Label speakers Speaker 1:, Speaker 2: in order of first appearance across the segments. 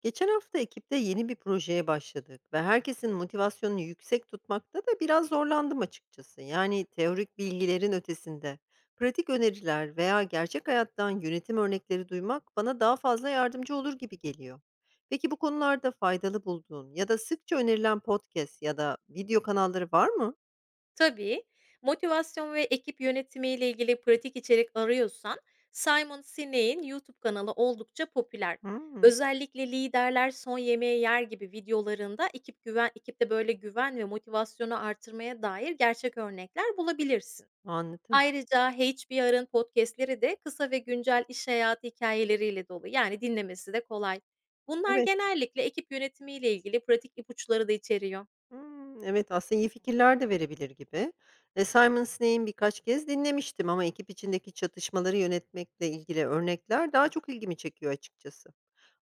Speaker 1: Geçen hafta ekipte yeni bir projeye başladık ve herkesin motivasyonunu yüksek tutmakta da biraz zorlandım açıkçası. Yani teorik bilgilerin ötesinde pratik öneriler veya gerçek hayattan yönetim örnekleri duymak bana daha fazla yardımcı olur gibi geliyor. Peki bu konularda faydalı bulduğun ya da sıkça önerilen podcast ya da video kanalları var mı?
Speaker 2: Tabii, motivasyon ve ekip yönetimiyle ilgili pratik içerik arıyorsan, Simon Sinek'in YouTube kanalı oldukça popüler.
Speaker 1: Hmm,
Speaker 2: Özellikle Liderler Son Yemeği Yer gibi videolarında ekipte böyle güven ve motivasyonu artırmaya dair gerçek örnekler bulabilirsin.
Speaker 1: anladım.
Speaker 2: Ayrıca HBR'ın podcast'leri de kısa ve güncel iş hayatı hikayeleriyle dolu. Yani dinlemesi de kolay. Bunlar
Speaker 1: Evet.
Speaker 2: genellikle ekip yönetimiyle ilgili pratik ipuçları da içeriyor.
Speaker 1: Hımm, evet, aslında iyi fikirler de verebilir gibi. Simon Sinek'in birkaç kez dinlemiştim ama ekip içindeki çatışmaları yönetmekle ilgili örnekler daha çok ilgimi çekiyor açıkçası.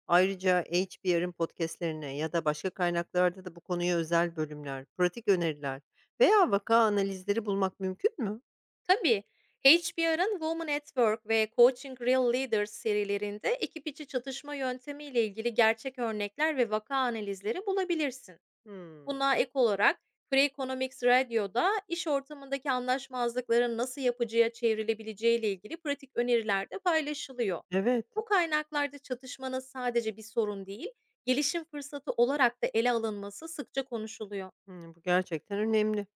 Speaker 1: Ayrıca HBR'ın podcast'lerine ya da başka kaynaklarda da bu konuya özel bölümler, pratik öneriler veya vaka analizleri bulmak mümkün mü?
Speaker 2: Tabii. HBR'ın Women at Work ve Coaching Real Leaders serilerinde ekip içi çatışma yöntemiyle ilgili gerçek örnekler ve vaka analizleri bulabilirsin.
Speaker 1: Hımm,
Speaker 2: Buna ek olarak Free Economics Radio'da iş ortamındaki anlaşmazlıkların nasıl yapıcıya çevrilebileceği ile ilgili pratik öneriler de paylaşılıyor.
Speaker 1: evet.
Speaker 2: Bu kaynaklarda çatışmanın sadece bir sorun değil, gelişim fırsatı olarak da ele alınması sıkça konuşuluyor.
Speaker 1: Hımm, bu gerçekten önemli.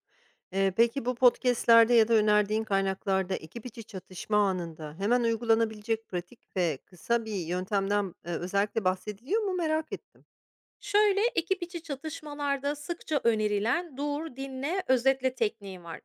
Speaker 1: Peki bu podcast'lerde ya da önerdiğin kaynaklarda ekip içi çatışma anında hemen uygulanabilecek pratik ve kısa bir yöntemden, özellikle bahsediliyor mu merak ettim.
Speaker 2: Şöyle ekip içi çatışmalarda sıkça önerilen dur, dinle, özetle tekniği var.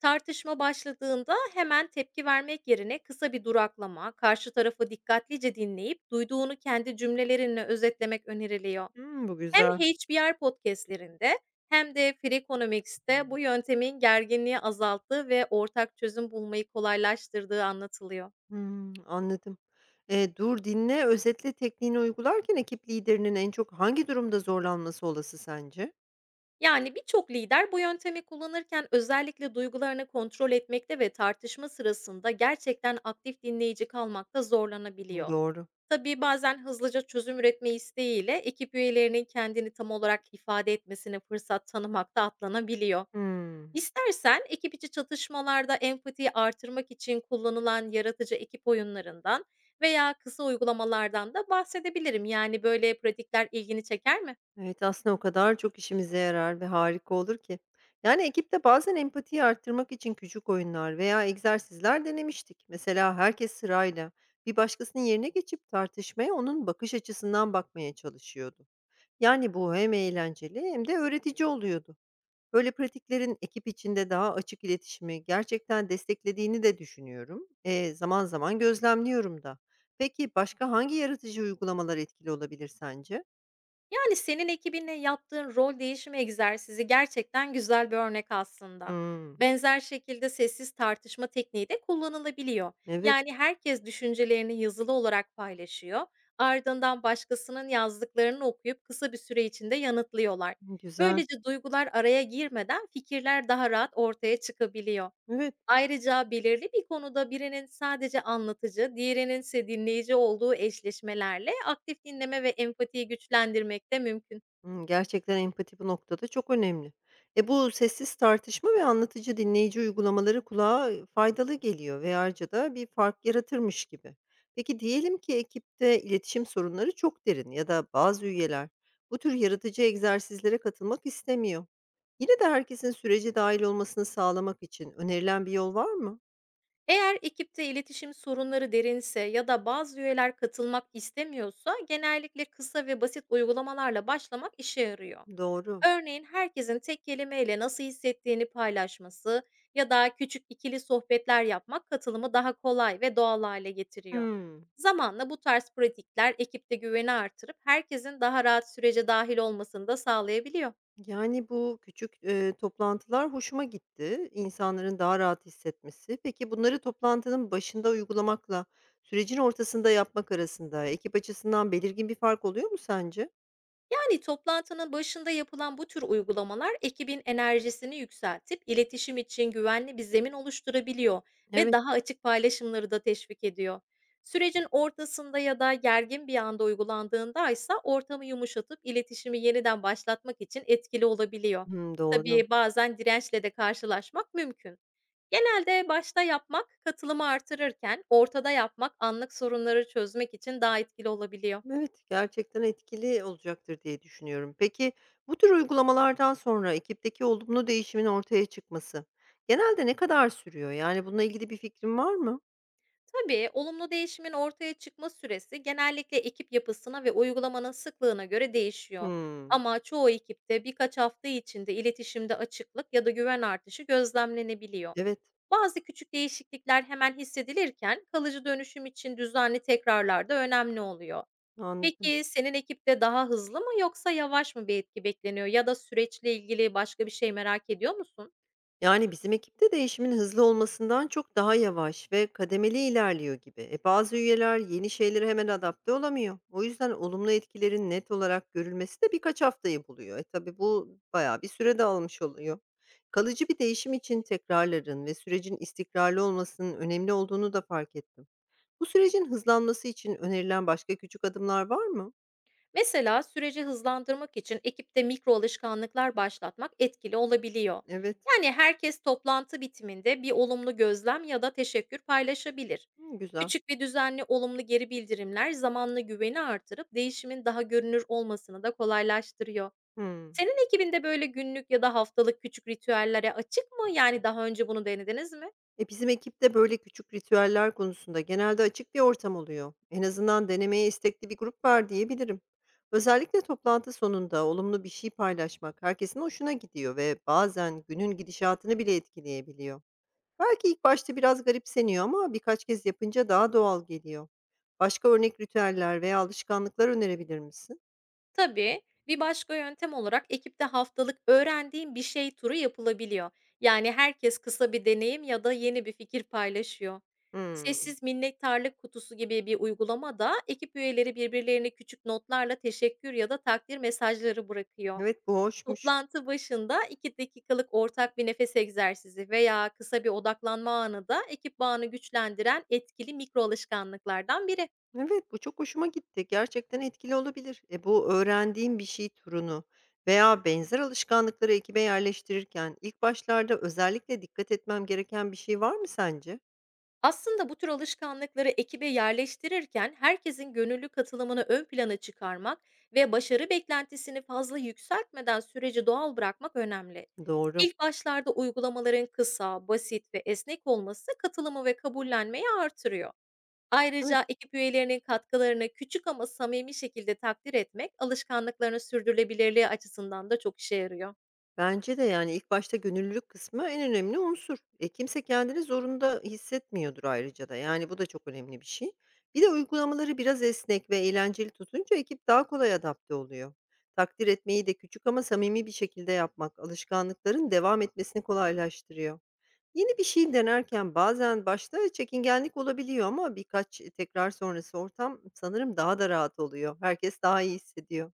Speaker 2: Tartışma başladığında hemen tepki vermek yerine kısa bir duraklama, karşı tarafı dikkatlice dinleyip duyduğunu kendi cümlelerinle özetlemek öneriliyor.
Speaker 1: Hımm, bu
Speaker 2: Hem
Speaker 1: güzel.
Speaker 2: HBR podcastlerinde hem de Freakonomics'te bu yöntemin gerginliği azalttığı ve ortak çözüm bulmayı kolaylaştırdığı anlatılıyor.
Speaker 1: Hımm, anladım. Dur, dinle, özetle tekniğini uygularken ekip liderinin en çok hangi durumda zorlanması olası sence?
Speaker 2: Yani birçok lider bu yöntemi kullanırken özellikle duygularını kontrol etmekte ve tartışma sırasında gerçekten aktif dinleyici kalmakta zorlanabiliyor.
Speaker 1: Doğru.
Speaker 2: Tabii bazen hızlıca çözüm üretme isteğiyle ekip üyelerinin kendini tam olarak ifade etmesine fırsat tanımakta atlanabiliyor.
Speaker 1: Hımm.
Speaker 2: İstersen ekip içi çatışmalarda empatiyi artırmak için kullanılan yaratıcı ekip oyunlarından veya kısa uygulamalardan da bahsedebilirim. Yani böyle pratikler ilgini çeker mi?
Speaker 1: Evet, aslında o kadar çok işimize yarar ve harika olur ki. Yani ekipte bazen empatiyi arttırmak için küçük oyunlar veya egzersizler denemiştik. Mesela herkes sırayla bir başkasının yerine geçip tartışmaya onun bakış açısından bakmaya çalışıyordu. Yani bu hem eğlenceli hem de öğretici oluyordu. Böyle pratiklerin ekip içinde daha açık iletişimi gerçekten desteklediğini de düşünüyorum. E, zaman zaman gözlemliyorum da. Peki başka hangi yaratıcı uygulamalar etkili olabilir sence?
Speaker 2: Yani, senin ekibinle yaptığın rol değişimi egzersizi gerçekten güzel bir örnek aslında.
Speaker 1: Hmm,
Speaker 2: Benzer şekilde sessiz tartışma tekniği de kullanılabiliyor.
Speaker 1: evet.
Speaker 2: Yani, herkes düşüncelerini yazılı olarak paylaşıyor. Ardından başkasının yazdıklarını okuyup kısa bir süre içinde yanıtlıyorlar.
Speaker 1: Güzel.
Speaker 2: Böylece duygular araya girmeden fikirler daha rahat ortaya çıkabiliyor.
Speaker 1: Evet,
Speaker 2: Ayrıca belirli bir konuda birinin sadece anlatıcı, diğerinin ise dinleyici olduğu eşleşmelerle aktif dinleme ve empatiyi güçlendirmek de mümkün.
Speaker 1: gerçekten empati bu noktada çok önemli. E, bu sessiz tartışma ve anlatıcı dinleyici uygulamaları kulağa, faydalı geliyor ve ayrıca da bir fark yaratırmış gibi. Peki diyelim ki ekipte iletişim sorunları çok derin ya da bazı üyeler bu tür yaratıcı egzersizlere katılmak istemiyor. Yine de herkesin sürece dahil olmasını sağlamak için önerilen bir yol var mı?
Speaker 2: Eğer ekipte iletişim sorunları derinse ya da bazı üyeler katılmak istemiyorsa, genellikle kısa ve basit uygulamalarla başlamak işe yarıyor.
Speaker 1: Doğru.
Speaker 2: Örneğin herkesin tek kelimeyle nasıl hissettiğini paylaşması ya da küçük ikili sohbetler yapmak katılımı daha kolay ve doğal hale getiriyor.
Speaker 1: Hımm.
Speaker 2: Zamanla bu tarz pratikler ekipte güveni artırıp herkesin daha rahat sürece dahil olmasını da sağlayabiliyor.
Speaker 1: Yani, bu küçük, toplantılar hoşuma gitti, insanların daha rahat hissetmesi. Peki, bunları toplantının başında uygulamakla sürecin ortasında yapmak arasında ekip açısından belirgin bir fark oluyor mu sence?
Speaker 2: Yani toplantının başında yapılan bu tür uygulamalar ekibin enerjisini yükseltip iletişim için güvenli bir zemin oluşturabiliyor ve
Speaker 1: Evet,
Speaker 2: daha açık paylaşımları da teşvik ediyor. Sürecin ortasında ya da gergin bir anda uygulandığında ise ortamı yumuşatıp iletişimi yeniden başlatmak için etkili olabiliyor.
Speaker 1: hımm, doğru.
Speaker 2: Tabii bazen dirençle de karşılaşmak mümkün. Genelde başta yapmak katılımı artırırken, ortada yapmak anlık sorunları çözmek için daha etkili olabiliyor.
Speaker 1: Evet, gerçekten etkili olacaktır diye düşünüyorum. Peki, bu tür uygulamalardan sonra ekipteki olumlu değişimin ortaya çıkması genelde ne kadar sürüyor? Yani, bununla ilgili bir fikrin var mı?
Speaker 2: Tabii olumlu değişimin ortaya çıkma süresi genellikle ekip yapısına ve uygulamanın sıklığına göre değişiyor.
Speaker 1: Hımm,
Speaker 2: Ama çoğu ekipte birkaç hafta içinde iletişimde açıklık ya da güven artışı gözlemlenebiliyor.
Speaker 1: evet,
Speaker 2: Bazı küçük değişiklikler hemen hissedilirken, kalıcı dönüşüm için düzenli tekrarlar da önemli oluyor.
Speaker 1: anladım.
Speaker 2: Peki senin ekipte daha hızlı mı yoksa yavaş mı bir etki bekleniyor, ya da süreçle ilgili başka bir şey merak ediyor musun?
Speaker 1: Yani bizim ekipte değişimin hızlı olmasından çok daha yavaş ve kademeli ilerliyor gibi. E bazı üyeler yeni şeylere hemen adapte olamıyor. O yüzden olumlu etkilerin net olarak görülmesi de birkaç haftayı buluyor. E tabii bu bayağı bir süre de almış oluyor. Kalıcı bir değişim için tekrarların ve sürecin istikrarlı olmasının önemli olduğunu da fark ettim. Bu sürecin hızlanması için önerilen başka küçük adımlar var mı?
Speaker 2: Mesela süreci hızlandırmak için ekipte mikro alışkanlıklar başlatmak etkili olabiliyor.
Speaker 1: Evet.
Speaker 2: Yani herkes toplantı bitiminde bir olumlu gözlem ya da teşekkür paylaşabilir.
Speaker 1: Hı, güzel.
Speaker 2: Küçük ve düzenli olumlu geri bildirimler zamanla güveni artırıp değişimin daha görünür olmasını da kolaylaştırıyor.
Speaker 1: Hı.
Speaker 2: Senin ekibinde böyle günlük ya da haftalık küçük ritüellere açık mı? Yani daha önce bunu denediniz mi?
Speaker 1: E, bizim ekipte böyle küçük ritüeller konusunda genelde açık bir ortam oluyor. En azından denemeye istekli bir grup var diyebilirim. Özellikle toplantı sonunda olumlu bir şey paylaşmak herkesin hoşuna gidiyor ve bazen günün gidişatını bile etkileyebiliyor. Belki ilk başta biraz garipseniyor ama birkaç kez yapınca daha doğal geliyor. Başka örnek ritüeller veya alışkanlıklar önerebilir misin?
Speaker 2: Tabii, bir başka yöntem olarak ekipte haftalık öğrendiğim bir şey turu yapılabiliyor. Yani herkes kısa bir deneyim ya da yeni bir fikir paylaşıyor.
Speaker 1: Hmm,
Speaker 2: Sessiz minnettarlık kutusu gibi bir uygulama da ekip üyeleri birbirlerine küçük notlarla teşekkür ya da takdir mesajları bırakıyor.
Speaker 1: evet bu hoşmuş.
Speaker 2: Toplantı başında 2 dakikalık ortak bir nefes egzersizi veya kısa bir odaklanma anı da ekip bağını güçlendiren etkili mikro alışkanlıklardan biri.
Speaker 1: Evet, bu çok hoşuma gitti. Gerçekten etkili olabilir. E, bu öğrendiğim bir şey turunu veya benzer alışkanlıkları ekibe yerleştirirken ilk başlarda özellikle dikkat etmem gereken bir şey var mı sence?
Speaker 2: Aslında bu tür alışkanlıkları ekibe yerleştirirken herkesin gönüllü katılımını ön plana çıkarmak ve başarı beklentisini fazla yükseltmeden süreci doğal bırakmak önemli.
Speaker 1: Doğru.
Speaker 2: İlk başlarda uygulamaların kısa, basit ve esnek olması katılımı ve kabullenmeyi artırıyor.
Speaker 1: Evet.
Speaker 2: Ayrıca ekip üyelerinin katkılarını küçük ama samimi şekilde takdir etmek alışkanlıkların sürdürülebilirliği açısından da çok işe yarıyor.
Speaker 1: Bence de, yani, ilk başta gönüllülük kısmı en önemli unsur. E, kimse kendini zorunda hissetmiyordur ayrıca da, yani, bu da çok önemli bir şey. Bir de uygulamaları biraz esnek ve eğlenceli tutunca ekip daha kolay adapte oluyor. Takdir etmeyi de küçük ama samimi bir şekilde yapmak alışkanlıkların devam etmesini kolaylaştırıyor. Yeni bir şey denerken bazen başta çekingenlik olabiliyor ama birkaç tekrar sonrası ortam sanırım daha da rahat oluyor. Herkes daha iyi hissediyor.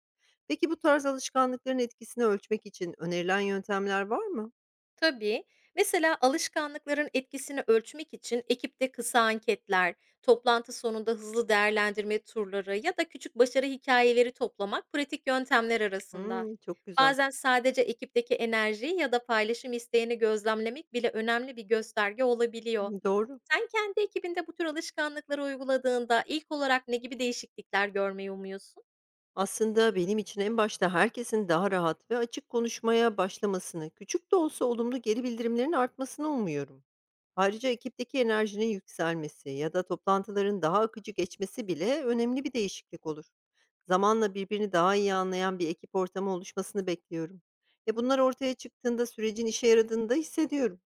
Speaker 1: Peki bu tarz alışkanlıkların etkisini ölçmek için önerilen yöntemler var mı?
Speaker 2: Tabii. Mesela alışkanlıkların etkisini ölçmek için ekipte kısa anketler, toplantı sonunda hızlı değerlendirme turları ya da küçük başarı hikayeleri toplamak pratik yöntemler arasında.
Speaker 1: Hımm, çok güzel.
Speaker 2: Bazen sadece ekipteki enerjiyi ya da paylaşım isteğini gözlemlemek bile önemli bir gösterge olabiliyor.
Speaker 1: Doğru.
Speaker 2: Sen kendi ekibinde bu tür alışkanlıkları uyguladığında ilk olarak ne gibi değişiklikler görmeyi umuyorsun?
Speaker 1: Aslında benim için en başta herkesin daha rahat ve açık konuşmaya başlamasını, küçük de olsa olumlu geri bildirimlerin artmasını umuyorum. Ayrıca ekipteki enerjinin yükselmesi ya da toplantıların daha akıcı geçmesi bile önemli bir değişiklik olur. Zamanla birbirini daha iyi anlayan bir ekip ortamı oluşmasını bekliyorum. E, bunlar ortaya çıktığında sürecin işe yaradığını da hissediyorum.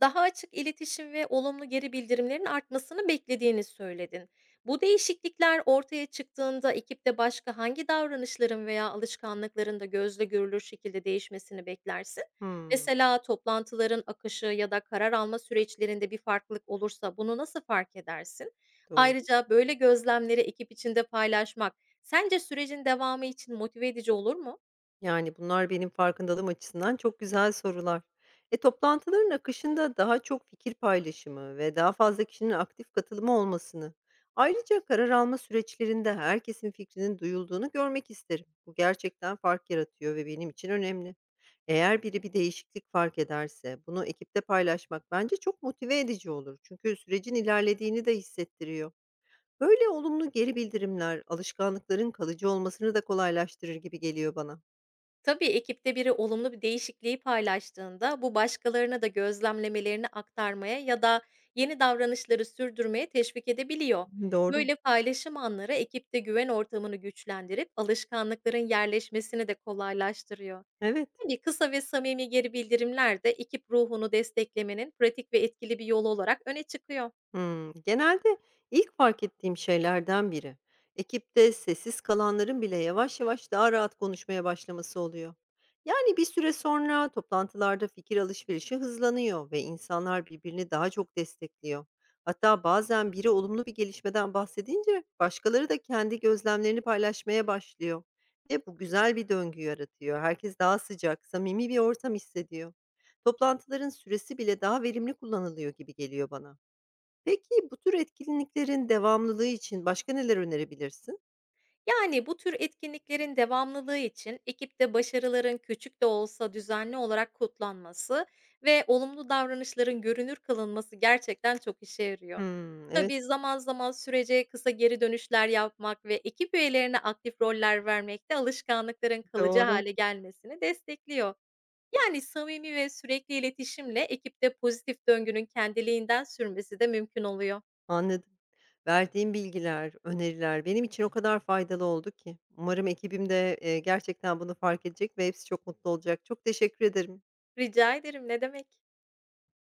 Speaker 2: Daha açık iletişim ve olumlu geri bildirimlerin artmasını beklediğini söyledin. Bu değişiklikler ortaya çıktığında ekipte başka hangi davranışların veya alışkanlıkların da gözle görülür şekilde değişmesini beklersin?
Speaker 1: Hımm,
Speaker 2: Mesela toplantıların akışı ya da karar alma süreçlerinde bir farklılık olursa bunu nasıl fark edersin?
Speaker 1: doğru.
Speaker 2: Ayrıca böyle gözlemleri ekip içinde paylaşmak sence sürecin devamı için motive edici olur mu?
Speaker 1: Yani, bunlar benim farkındalığım açısından çok güzel sorular. E, toplantıların akışında daha çok fikir paylaşımı ve daha fazla kişinin aktif katılımı olmasını, ayrıca karar alma süreçlerinde herkesin fikrinin duyulduğunu görmek isterim. Bu gerçekten fark yaratıyor ve benim için önemli. Eğer biri bir değişiklik fark ederse, bunu ekipte paylaşmak bence çok motive edici olur. Çünkü sürecin ilerlediğini de hissettiriyor. Böyle olumlu geri bildirimler, alışkanlıkların kalıcı olmasını da kolaylaştırır gibi geliyor bana.
Speaker 2: Tabii, ekipte biri olumlu bir değişikliği paylaştığında bu başkalarına da gözlemlemelerini aktarmaya ya da yeni davranışları sürdürmeye teşvik edebiliyor.
Speaker 1: Doğru.
Speaker 2: Böyle paylaşım anları ekipte güven ortamını güçlendirip alışkanlıkların yerleşmesini de kolaylaştırıyor.
Speaker 1: Evet.
Speaker 2: Hani kısa ve samimi geri bildirimler de ekip ruhunu desteklemenin pratik ve etkili bir yolu olarak öne çıkıyor.
Speaker 1: Hımm. Genelde ilk fark ettiğim şeylerden biri, ekipte sessiz kalanların bile yavaş yavaş daha rahat konuşmaya başlaması oluyor. Yani bir süre sonra toplantılarda fikir alışverişi hızlanıyor ve insanlar birbirini daha çok destekliyor. Hatta bazen biri olumlu bir gelişmeden bahsedince başkaları da kendi gözlemlerini paylaşmaya başlıyor ve bu güzel bir döngü yaratıyor. Herkes daha sıcak, samimi bir ortam hissediyor. Toplantıların süresi bile daha verimli kullanılıyor gibi geliyor bana. Peki, bu tür etkinliklerin devamlılığı için başka neler önerebilirsin?
Speaker 2: Yani bu tür etkinliklerin devamlılığı için ekipte başarıların küçük de olsa düzenli olarak kutlanması ve olumlu davranışların görünür kılınması gerçekten çok işe yarıyor.
Speaker 1: Hımm. Evet,
Speaker 2: Tabii, zaman zaman sürece kısa geri dönüşler yapmak ve ekip üyelerine aktif roller vermek de alışkanlıkların kalıcı
Speaker 1: doğru.
Speaker 2: hale gelmesini destekliyor. Yani samimi ve sürekli iletişimle ekipte pozitif döngünün kendiliğinden sürmesi de mümkün oluyor.
Speaker 1: Anladım. Verdiğin bilgiler, öneriler benim için o kadar faydalı oldu ki. Umarım ekibim de, gerçekten bunu fark edecek ve hepsi çok mutlu olacak. Çok teşekkür ederim.
Speaker 2: Rica ederim, ne demek?